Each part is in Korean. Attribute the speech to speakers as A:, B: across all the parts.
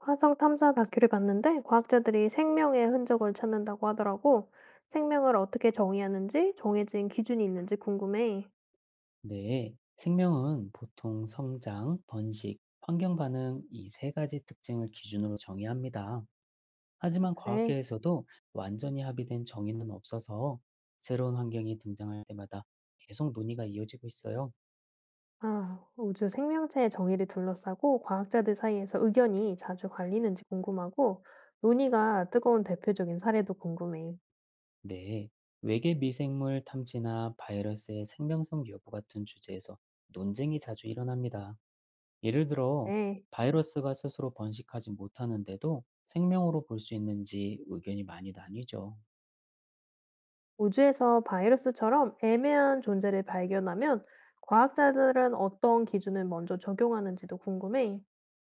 A: 화성 탐사 다큐를 봤는데 과학자들이 생명의 흔적을 찾는다고 하더라고. 생명을 어떻게 정의하는지 정해진 기준이 있는지 궁금해.
B: 네, 생명은 보통 성장, 번식, 환경 반응 이 세 가지 특징을 기준으로 정의합니다.
A: 아,
B: 하지만
A: 그래.
B: 과학계에서도 완전히 합의된 정의는 없어서 새로운 환경이 등장할 때마다 계속 논의가 이어지고 있어요.
A: 아, 우주 생명체의 정의를 둘러싸고 과학자들 사이에서 의견이 자주 갈리는지 궁금하고 논의가 뜨거운 대표적인 사례도 궁금해.
B: 네, 외계 미생물 탐지나 바이러스의 생명성 여부 같은 주제에서 논쟁이 자주 일어납니다. 예를 들어,
A: 네.
B: 바이러스가 스스로 번식하지 못하는데도 생명으로 볼 수 있는지 의견이 많이 나뉘죠.
A: 우주에서 바이러스처럼 애매한 존재를 발견하면 과학자들은 어떤 기준을 먼저 적용하는지도 궁금해.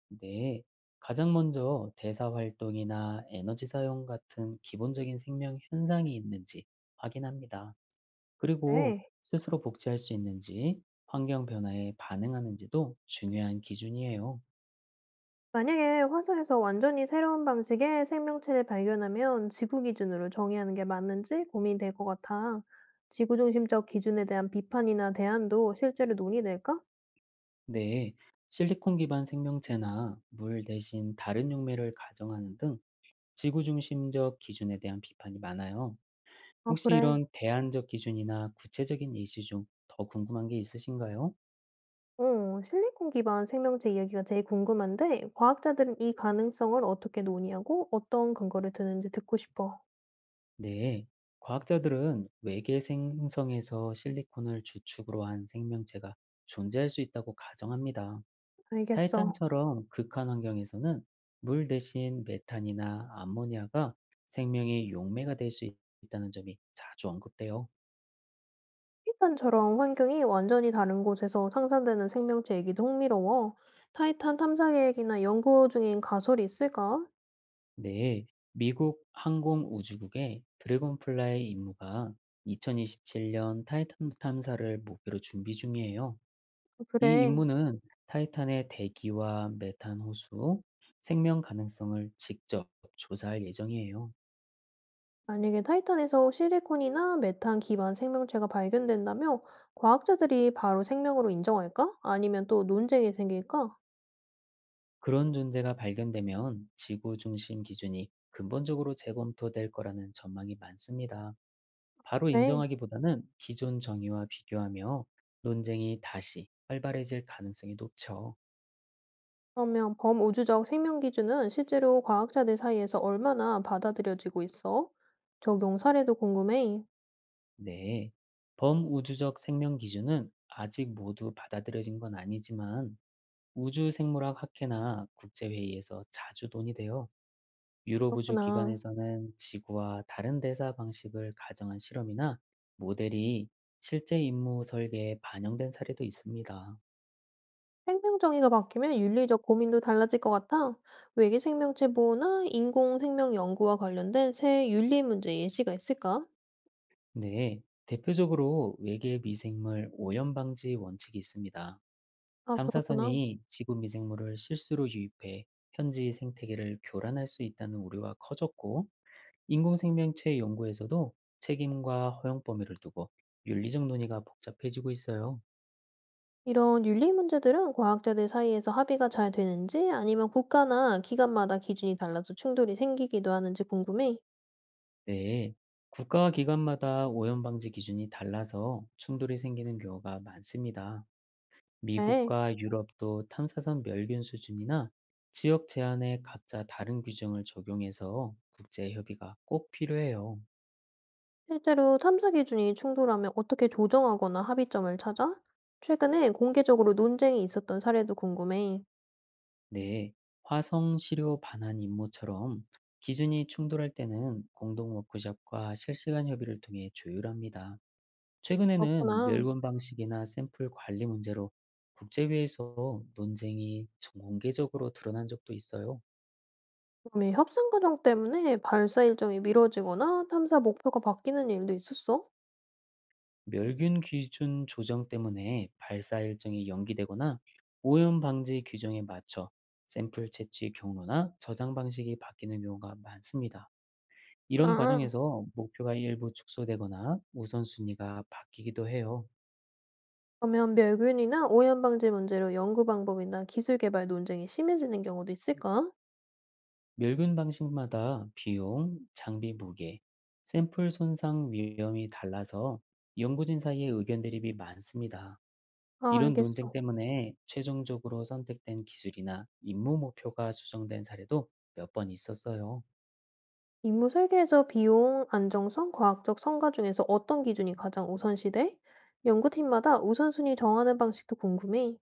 B: 네, 가장 먼저 대사 활동이나 에너지 사용 같은 기본적인 생명 현상이 있는지 확인합니다. 그리고
A: 네.
B: 스스로 복제할 수 있는지, 환경 변화에 반응하는지도 중요한 기준이에요.
A: 만약에 화성에서 완전히 새로운 방식의 생명체를 발견하면 지구 기준으로 정의하는 게 맞는지 고민될 것 같아. 지구 중심적 기준에 대한 비판이나 대안도 실제로 논의될까?
B: 네, 실리콘 기반 생명체나 물 대신 다른 용매를 가정하는 등 지구 중심적 기준에 대한 비판이 많아요.
A: 아,
B: 혹시
A: 그래.
B: 이런 대안적 기준이나 구체적인 예시 중 더 궁금한 게 있으신가요?
A: 어, 실리콘 기반 생명체 이야기가 제일 궁금한데, 과학자들은 이 가능성을 어떻게 논의하고 어떤 근거를 드는지 듣고 싶어.
B: 네, 과학자들은 외계 행성에서 실리콘을 주축으로 한 생명체가 존재할 수 있다고 가정합니다.
A: 알겠어.
B: 타이탄처럼 극한 환경에서는 물 대신 메탄이나 암모니아가 생명의 용매가 될 수 있다는 점이 자주 언급돼요.
A: 타이탄처럼 환경이 완전히 다른 곳에서 상상되는 생명체 얘기도 흥미로워. 타이탄 탐사 계획이나 연구 중인 가설이 있을까?
B: 네, 미국 항공우주국의 드래곤플라이 임무가 2027년 타이탄 탐사를 목표로 준비 중이에요. 이
A: 그래,
B: 임무는 타이탄의 대기와 메탄 호수, 생명 가능성을 직접 조사할 예정이에요.
A: 만약에 타이탄에서 실리콘이나 메탄 기반 생명체가 발견된다면 과학자들이 바로 생명으로 인정할까? 아니면 또 논쟁이 생길까?
B: 그런 존재가 발견되면 지구 중심 기준이 근본적으로 재검토될 거라는 전망이 많습니다. 바로
A: 네.
B: 인정하기보다는 기존 정의와 비교하며 논쟁이 다시 활발해질 가능성이 높죠.
A: 그러면 범우주적 생명 기준은 실제로 과학자들 사이에서 얼마나 받아들여지고 있어? 적용 사례도 궁금해.
B: 네. 범우주적 생명 기준은 아직 모두 받아들여진 건 아니지만 우주 생물학 학회나 국제회의에서 자주 논의돼요. 유로우주
A: 그렇구나.
B: 기관에서는 지구와 다른 대사 방식을 가정한 실험이나 모델이 실제 임무 설계에 반영된 사례도 있습니다.
A: 생명 정의가 바뀌면 윤리적 고민도 달라질 것 같아. 외계 생명체 보호나 인공 생명 연구와 관련된 새 윤리 문제 예시가 있을까?
B: 네, 대표적으로 외계 미생물 오염 방지 원칙이 있습니다.
A: 아, 그렇구나.
B: 탐사선이 지구 미생물을 실수로 유입해 현지 생태계를 교란할 수 있다는 우려가 커졌고, 인공생명체 연구에서도 책임과 허용 범위를 두고 윤리적 논의가 복잡해지고 있어요.
A: 이런 윤리 문제들은 과학자들 사이에서 합의가 잘 되는지 아니면 국가나 기관마다 기준이 달라서 충돌이 생기기도 하는지 궁금해.
B: 네, 국가와 기관마다 오염 방지 기준이 달라서 충돌이 생기는 경우가 많습니다.
A: 네.
B: 미국과 유럽도 탐사선 멸균 수준이나 지역 제한에 각자 다른 규정을 적용해서 국제 협의가 꼭 필요해요.
A: 실제로 탐사 기준이 충돌하면 어떻게 조정하거나 합의점을 찾아? 최근에 공개적으로 논쟁이 있었던 사례도 궁금해.
B: 네, 화성 시료 반환 임무처럼 기준이 충돌할 때는 공동 워크숍과 실시간 협의를 통해 조율합니다. 최근에는
A: 그렇구나.
B: 멸군 방식이나 샘플 관리 문제로 국제회의에서 논쟁이 전 공개적으로 드러난 적도 있어요.
A: 그럼 이 협상 과정 때문에 발사 일정이 미뤄지거나 탐사 목표가 바뀌는 일도 있었어?
B: 멸균 기준 조정 때문에 발사 일정이 연기되거나 오염 방지 규정에 맞춰 샘플 채취 경로나 저장 방식이 바뀌는 경우가 많습니다. 이런
A: 그렇구나.
B: 과정에서 목표가 일부 축소되거나 우선순위가 바뀌기도 해요.
A: 그러면 멸균이나 오염 방지 문제로 연구 방법이나 기술 개발 논쟁이 심해지는 경우도 있을까?
B: 멸균 방식마다 비용, 장비 무게, 샘플 손상 위험이 달라서 연구진 사이의 의견 대립이 많습니다.
A: 아,
B: 이런 논쟁
A: 알겠어.
B: 때문에 최종적으로 선택된 기술이나 임무 목표가 수정된 사례도 몇 번 있었어요.
A: 임무 설계에서 비용, 안정성, 과학적 성과 중에서 어떤 기준이 가장 우선시돼? 연구팀마다 우선순위 정하는 방식도 궁금해.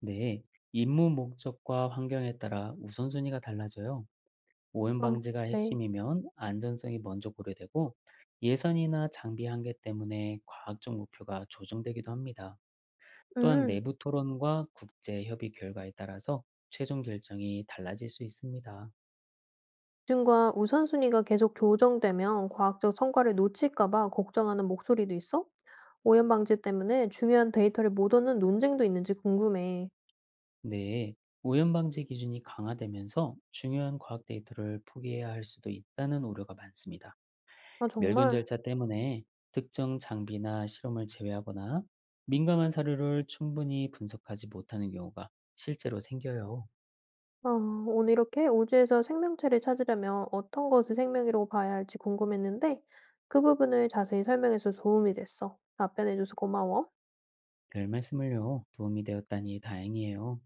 B: 네, 임무 목적과 환경에 따라 우선순위가 달라져요. 오염
A: 어,
B: 방지가
A: 그래.
B: 핵심이면 안전성이 먼저 고려되고 예산이나 장비 한계 때문에 과학적 목표가 조정되기도 합니다. 또한
A: 음,
B: 내부 토론과 국제 협의 결과에 따라서 최종 결정이 달라질 수 있습니다.
A: 기준과 우선순위가 계속 조정되면 과학적 성과를 놓칠까 봐 걱정하는 목소리도 있어? 오염 방지 때문에 중요한 데이터를 못 얻는 논쟁도 있는지 궁금해.
B: 네, 오염 방지 기준이 강화되면서 중요한 과학 데이터를 포기해야 할 수도 있다는 우려가 많습니다.
A: 아,
B: 멸균
A: 정말?
B: 절차 때문에 특정 장비나 실험을 제외하거나 민감한 사료를 충분히 분석하지 못하는 경우가 실제로 생겨요.
A: 아, 오늘 이렇게 우주에서 생명체를 찾으려면 어떤 것을 생명이라고 봐야 할지 궁금했는데 그 부분을 자세히 설명해서 도움이 됐어. 답변해줘서 고마워.
B: 별 말씀을요. 도움이 되었다니 다행이에요.